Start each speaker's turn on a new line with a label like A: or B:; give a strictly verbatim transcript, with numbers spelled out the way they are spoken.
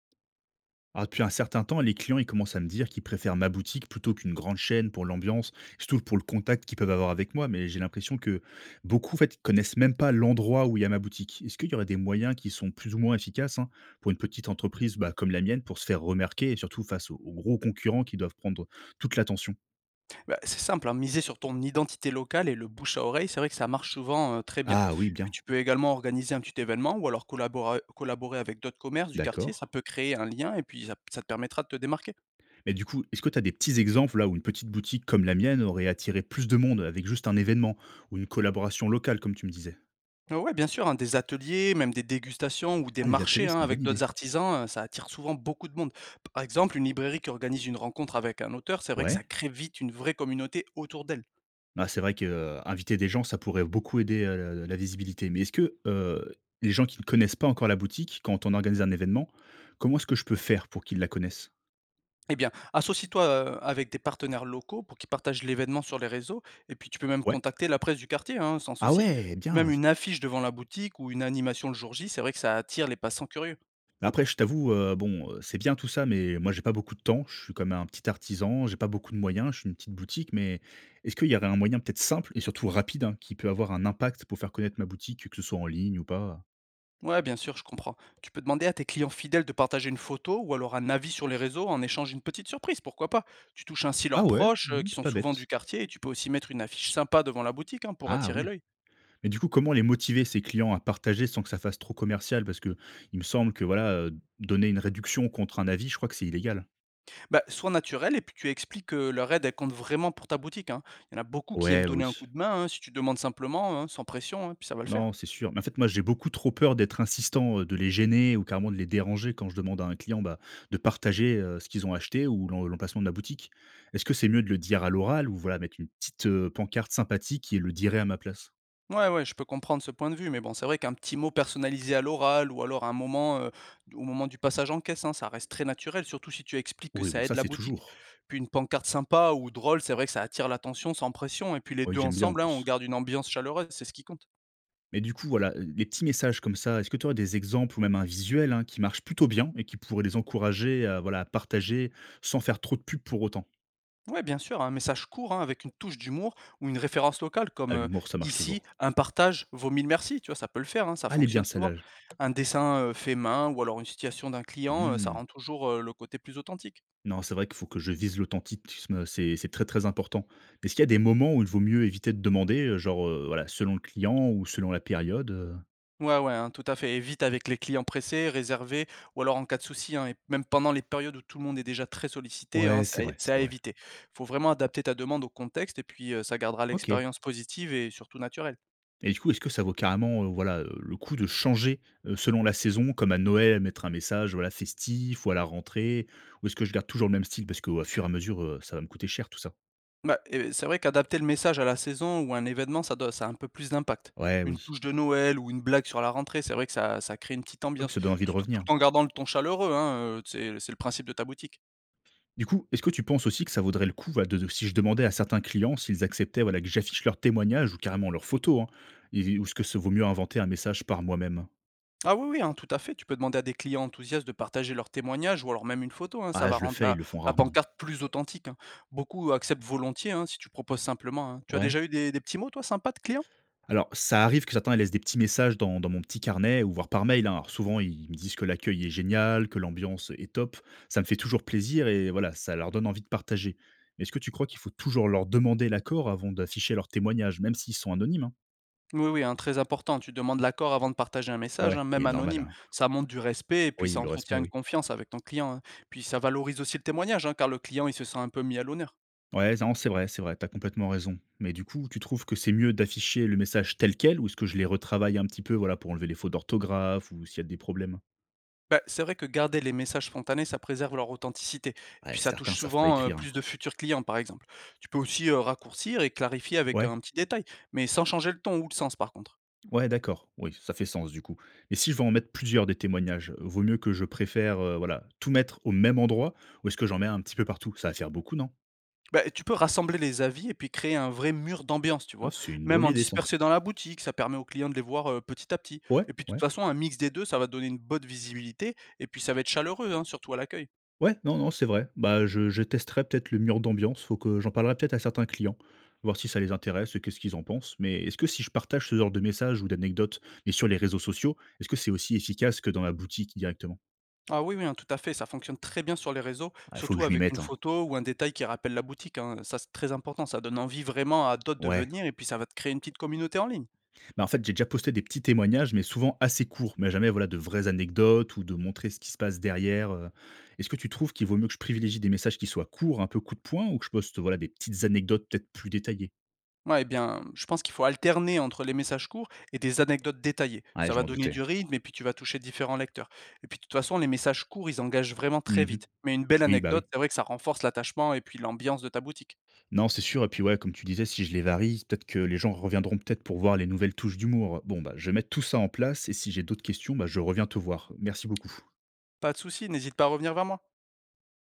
A: Alors, depuis un certain temps, les clients, ils commencent à me dire qu'ils préfèrent ma boutique plutôt qu'une grande chaîne pour l'ambiance, surtout pour le contact qu'ils peuvent avoir avec moi. Mais j'ai l'impression que beaucoup, en fait, connaissent même pas l'endroit où il y a ma boutique. Est-ce qu'il y aurait des moyens qui sont plus ou moins efficaces hein, pour une petite entreprise bah, comme la mienne pour se faire remarquer et surtout face aux, aux gros concurrents qui doivent prendre toute l'attention.
B: Bah, c'est simple, hein, miser sur ton identité locale et le bouche à oreille, c'est vrai que ça marche souvent, heu, très bien.
A: Ah oui,
B: Puis
A: bien,
B: tu peux également organiser un petit événement ou alors collaborer collaborer avec d'autres commerces du quartier, ça
A: d'accord.
B: peut créer un lien et puis ça ça te permettra de te démarquer.
A: Mais du coup, est-ce que tu as des petits exemples là où une petite boutique comme la mienne aurait attiré plus de monde avec juste un événement ou une collaboration locale, comme tu me disais?
B: Heu, ouais, bien sûr, hein, des ateliers, même des dégustations ou des
A: Ah, les
B: marchés,
A: ateliers, c'est
B: hein,
A: une bonne
B: avec d'autres
A: idée.
B: artisans, heu, ça attire souvent beaucoup de monde. Par exemple, une librairie qui organise une rencontre avec un auteur, c'est vrai que ça
A: Ouais.
B: crée vite une vraie communauté autour d'elle.
A: Bah, c'est vrai que, heu, inviter des gens, ça pourrait beaucoup aider, heu, le la visibilité. Mais est-ce que, heu, les gens qui ne connaissent pas encore la boutique, quand on organise un événement, comment est-ce que je peux faire pour qu'ils la connaissent?
B: Eh bien, associe-toi, heu, avec des partenaires locaux pour qu'ils partagent l'événement sur les réseaux et puis tu peux même
A: Ouais.
B: contacter la presse du quartier, hein, sans
A: Ah
B: souci.
A: ouais,
B: Même
A: bien!
B: une affiche devant la boutique ou une animation le jour J, c'est vrai que ça attire les passants curieux.
A: Après je t'avoue, heu, bon, heu, c'est bien tout ça, mais moi j'ai pas beaucoup de temps. Je suis comme un petit artisan, j'ai pas beaucoup de moyens, je suis une petite boutique. Mais est-ce qu'il y aurait un moyen peut-être simple et surtout rapide, hein, qui peut avoir un impact pour faire connaître ma boutique, que ce soit en ligne ou pas?
B: Ouais, bien sûr, je comprends. Tu peux demander à tes clients fidèles de partager une photo ou alors un avis sur les réseaux en échange d'une petite surprise, pourquoi pas? Tu touches ainsi
A: Ah
B: leurs
A: ouais,
B: proches, heu,
A: mmh,
B: qui
A: c'est
B: sont
A: pas
B: souvent du
A: bête.
B: quartier et tu peux aussi mettre une affiche sympa devant la boutique, hein, pour
A: Ah
B: attirer
A: oui.
B: l'œil.
A: Mais du coup, comment les motiver ces clients à partager sans que ça fasse trop commercial? Parce que il me semble que voilà, heu, donner une réduction contre un avis, je crois que c'est illégal.
B: Bah, sois naturel et puis tu expliques que leur aide, elle compte vraiment pour ta boutique, hein. Il y en a beaucoup qui aiment
A: Ouais, bah,
B: donner un
A: oui.
B: coup de main, hein, si tu demandes simplement, hein, sans pression, hein, puis ça va le faire.
A: Non, c'est sûr. Mais en fait, moi, j'ai beaucoup trop peur d'être insistant, heu, de les gêner ou carrément de les déranger quand je demande à un client, bah, de partager, heu, ce qu'ils ont acheté ou l'em l'emplacement de la boutique. Est-ce que c'est mieux de le dire à l'oral ou voilà, mettre une petite, heu, pancarte sympathique et «le dirai à ma place»?
B: Ouais, ouais, je peux comprendre ce point de vue, mais bon, c'est vrai qu'un petit mot personnalisé à l'oral ou alors à un moment, euh, au moment du passage en caisse, hein, ça reste très naturel, surtout si tu expliques que
A: Oui, bon,
B: ça
A: ça,
B: aide la
A: c'est
B: boutique.
A: toujours.
B: Puis une pancarte sympa ou drôle, c'est vrai que ça attire l'attention sans pression, et puis les
A: Oui,
B: deux
A: j'aime bien en
B: ensemble, hein, on
A: plus.
B: garde une ambiance chaleureuse, c'est ce qui compte.
A: Mais du coup, voilà, les petits messages comme ça, est-ce que tu aurais des exemples ou même un visuel, hein, qui marche plutôt bien et qui pourrait les encourager à, voilà, à partager sans faire trop de pub pour autant?
B: Ouais, bien sûr, hein, un message court hein, avec une touche d'humour ou une référence locale
A: Ah,
B: comme euh,
A: l'humour, ça marche toujours.
B: ici, un partage vaut mille merci, tu vois, ça peut le faire, hein, ça
A: Allez bien
B: fonctionne souvent.
A: celle-là, j
B: Un dessin euh, fait main ou alors une situation d'un client, euh, ça
A: mmh.
B: rend toujours euh, le côté plus authentique.
A: Non, c'est vrai qu'il faut que je vise l'authentisme, c'est c'est très, très important. Est-ce qu'il y a des moments où il vaut mieux éviter de demander, heu, genre, heu, voilà, selon le client ou selon la période, heu?
B: Ouais, ouais, hein, tout à fait. Et vite avec les clients pressés, réservés ou alors en cas de souci, hein, et même pendant les périodes où tout le monde est déjà très sollicité, hein,
A: Ouais, c'est
B: c'est à,
A: vrai,
B: c'est
A: c'est
B: à
A: vrai.
B: éviter. Il faut vraiment adapter ta demande au contexte et puis euh, ça gardera
A: OK.
B: l'expérience positive et surtout naturelle.
A: Et du coup, est-ce que ça vaut carrément, heu, voilà, heu, le coup de changer, heu, selon la saison, comme à Noël, mettre un message, voilà, festif ou à la rentrée? Ou est-ce que je garde toujours le même style parce qu'au fur et à mesure, heu, ça va me coûter cher tout ça?
B: Bah, et c'est vrai qu'adapter le message à la saison ou à un événement, ça doit ça a un peu plus d'impact.
A: Ouais,
B: Une
A: oui.
B: touche de Noël ou une blague sur la rentrée, c'est vrai que ça ça crée une petite
A: Oui,
B: ambiance,
A: ça donne envie de
B: tout
A: revenir.
B: tout en gardant le ton chaleureux, hein, heu, c'est c'est le principe de ta boutique.
A: Du coup, est-ce que tu penses aussi que ça vaudrait le coup, voilà, de de si je demandais à certains clients s'ils acceptaient, voilà, que j'affiche leurs témoignages ou carrément leurs photos, hein? Et ou est-ce que ça vaut mieux inventer un message par moi-même?
B: Ah oui, oui, hein, tout à fait, tu peux demander à des clients enthousiastes de partager leurs témoignages ou alors même une photo, hein, ça
A: Ah,
B: va
A: je le
B: rendre
A: fais, ils
B: la
A: le font
B: la
A: rarement.
B: pancarte plus authentique, hein. Beaucoup acceptent volontiers, hein, si tu proposes simplement, hein. Tu as
A: Ouais.
B: déjà eu des des petits mots toi sympas de clients?
A: Alors, ça arrive que certains laissent des petits messages dans, dans mon petit carnet ou voire par mail, hein. Alors, souvent, ils me disent que l'accueil est génial, que l'ambiance est top. Ça me fait toujours plaisir et voilà, ça leur donne envie de partager. Mais est-ce que tu crois qu'il faut toujours leur demander l'accord avant d'afficher leur témoignage, même s'ils sont anonymes hein?
B: Oui, oui, hein, très important. Tu demandes l'accord avant de partager un message,
A: Ouais,
B: hein, même
A: oui, normal,
B: anonyme.
A: hein.
B: Ça montre du respect et puis
A: Oui,
B: ça
A: le respect,
B: entretient une
A: oui.
B: confiance avec ton client, hein. Puis ça valorise aussi le témoignage, hein, car le client, il se sent un peu mis à l'honneur.
A: Ouais, non, c'est vrai, c'est vrai, t'as complètement raison. Mais du coup, tu trouves que c'est mieux d'afficher le message tel quel ou est-ce que je les retravaille un petit peu voilà, pour enlever les fautes d'orthographe ou s'il y a des problèmes?
B: Bah, c'est vrai que garder les messages spontanés, ça préserve leur authenticité. Et
A: Ouais,
B: puis ça
A: certains
B: touche
A: savent pas
B: souvent euh,
A: écrire, hein.
B: plus de futurs clients, par exemple. Tu peux aussi euh, raccourcir et clarifier avec
A: Ouais.
B: un petit détail, mais sans changer le ton ou le sens, par contre.
A: Ouais, d'accord. Oui, ça fait sens du coup. Mais si je veux en mettre plusieurs des témoignages, vaut mieux que je préfère euh, voilà, tout mettre au même endroit ou est-ce que j'en mets un petit peu partout? Ça va faire beaucoup, non?
B: Bah, tu peux rassembler les avis et puis créer un vrai mur d'ambiance, tu
A: Ah,
B: vois?
A: c'est une drôle
B: Même en
A: d'idée, ça.
B: disperser dans la boutique, ça permet aux clients de les voir, heu, petit à petit.
A: Ouais,
B: Et puis de toute
A: ouais.
B: façon, un mix des deux, ça va donner une bonne visibilité et puis ça va être chaleureux, hein, surtout à l'accueil.
A: Ouais, non, non, c'est vrai. Bah, je, je testerai peut-être le mur d'ambiance. Faut que j'en parlerai peut-être à certains clients, voir si ça les intéresse, qu'est-ce qu'ils en pensent. Mais est-ce que si je partage ce genre de messages ou d'anecdotes, mais sur les réseaux sociaux, est-ce que c'est aussi efficace que dans ma boutique directement?
B: Ah oui, oui, hein, tout à fait, ça fonctionne très bien sur les réseaux,
A: Il faut que
B: surtout
A: je m'y
B: avec
A: mette,
B: une
A: hein.
B: photo ou un détail qui rappelle la boutique, hein. Ça, c'est très important, ça donne envie vraiment à d'autres de
A: Ouais.
B: venir et puis ça va te créer une petite communauté en ligne.
A: Bah, en fait, j'ai déjà posté des petits témoignages, mais souvent assez courts, mais jamais voilà de vraies anecdotes ou de montrer ce qui se passe derrière, euh. Est-ce que tu trouves qu'il vaut mieux que je privilégie des messages qui soient courts, un peu coup de poing, ou que je poste voilà des petites anecdotes peut-être plus détaillées?
B: Ouais, eh bien, je pense qu'il faut alterner entre les messages courts et des anecdotes détaillées.
A: Ouais,
B: Ça
A: je
B: va
A: m'en
B: donner
A: doutais.
B: du rythme et puis tu vas toucher différents lecteurs. Et puis de toute façon, les messages courts, ils engagent vraiment très
A: Mhm.
B: vite. Mais une belle
A: Oui, bah
B: anecdote,
A: oui.
B: c'est vrai que ça renforce l'attachement et puis l'ambiance de ta boutique.
A: Non, c'est sûr. Et puis ouais, comme tu disais, si je les varie, peut-être que les gens reviendront peut-être pour voir les nouvelles touches d'humour. Bon, bah, je vais mettre tout ça en place et si j'ai d'autres questions, bah, je reviens te voir. Merci beaucoup.
B: Pas de souci, n'hésite pas à revenir vers moi.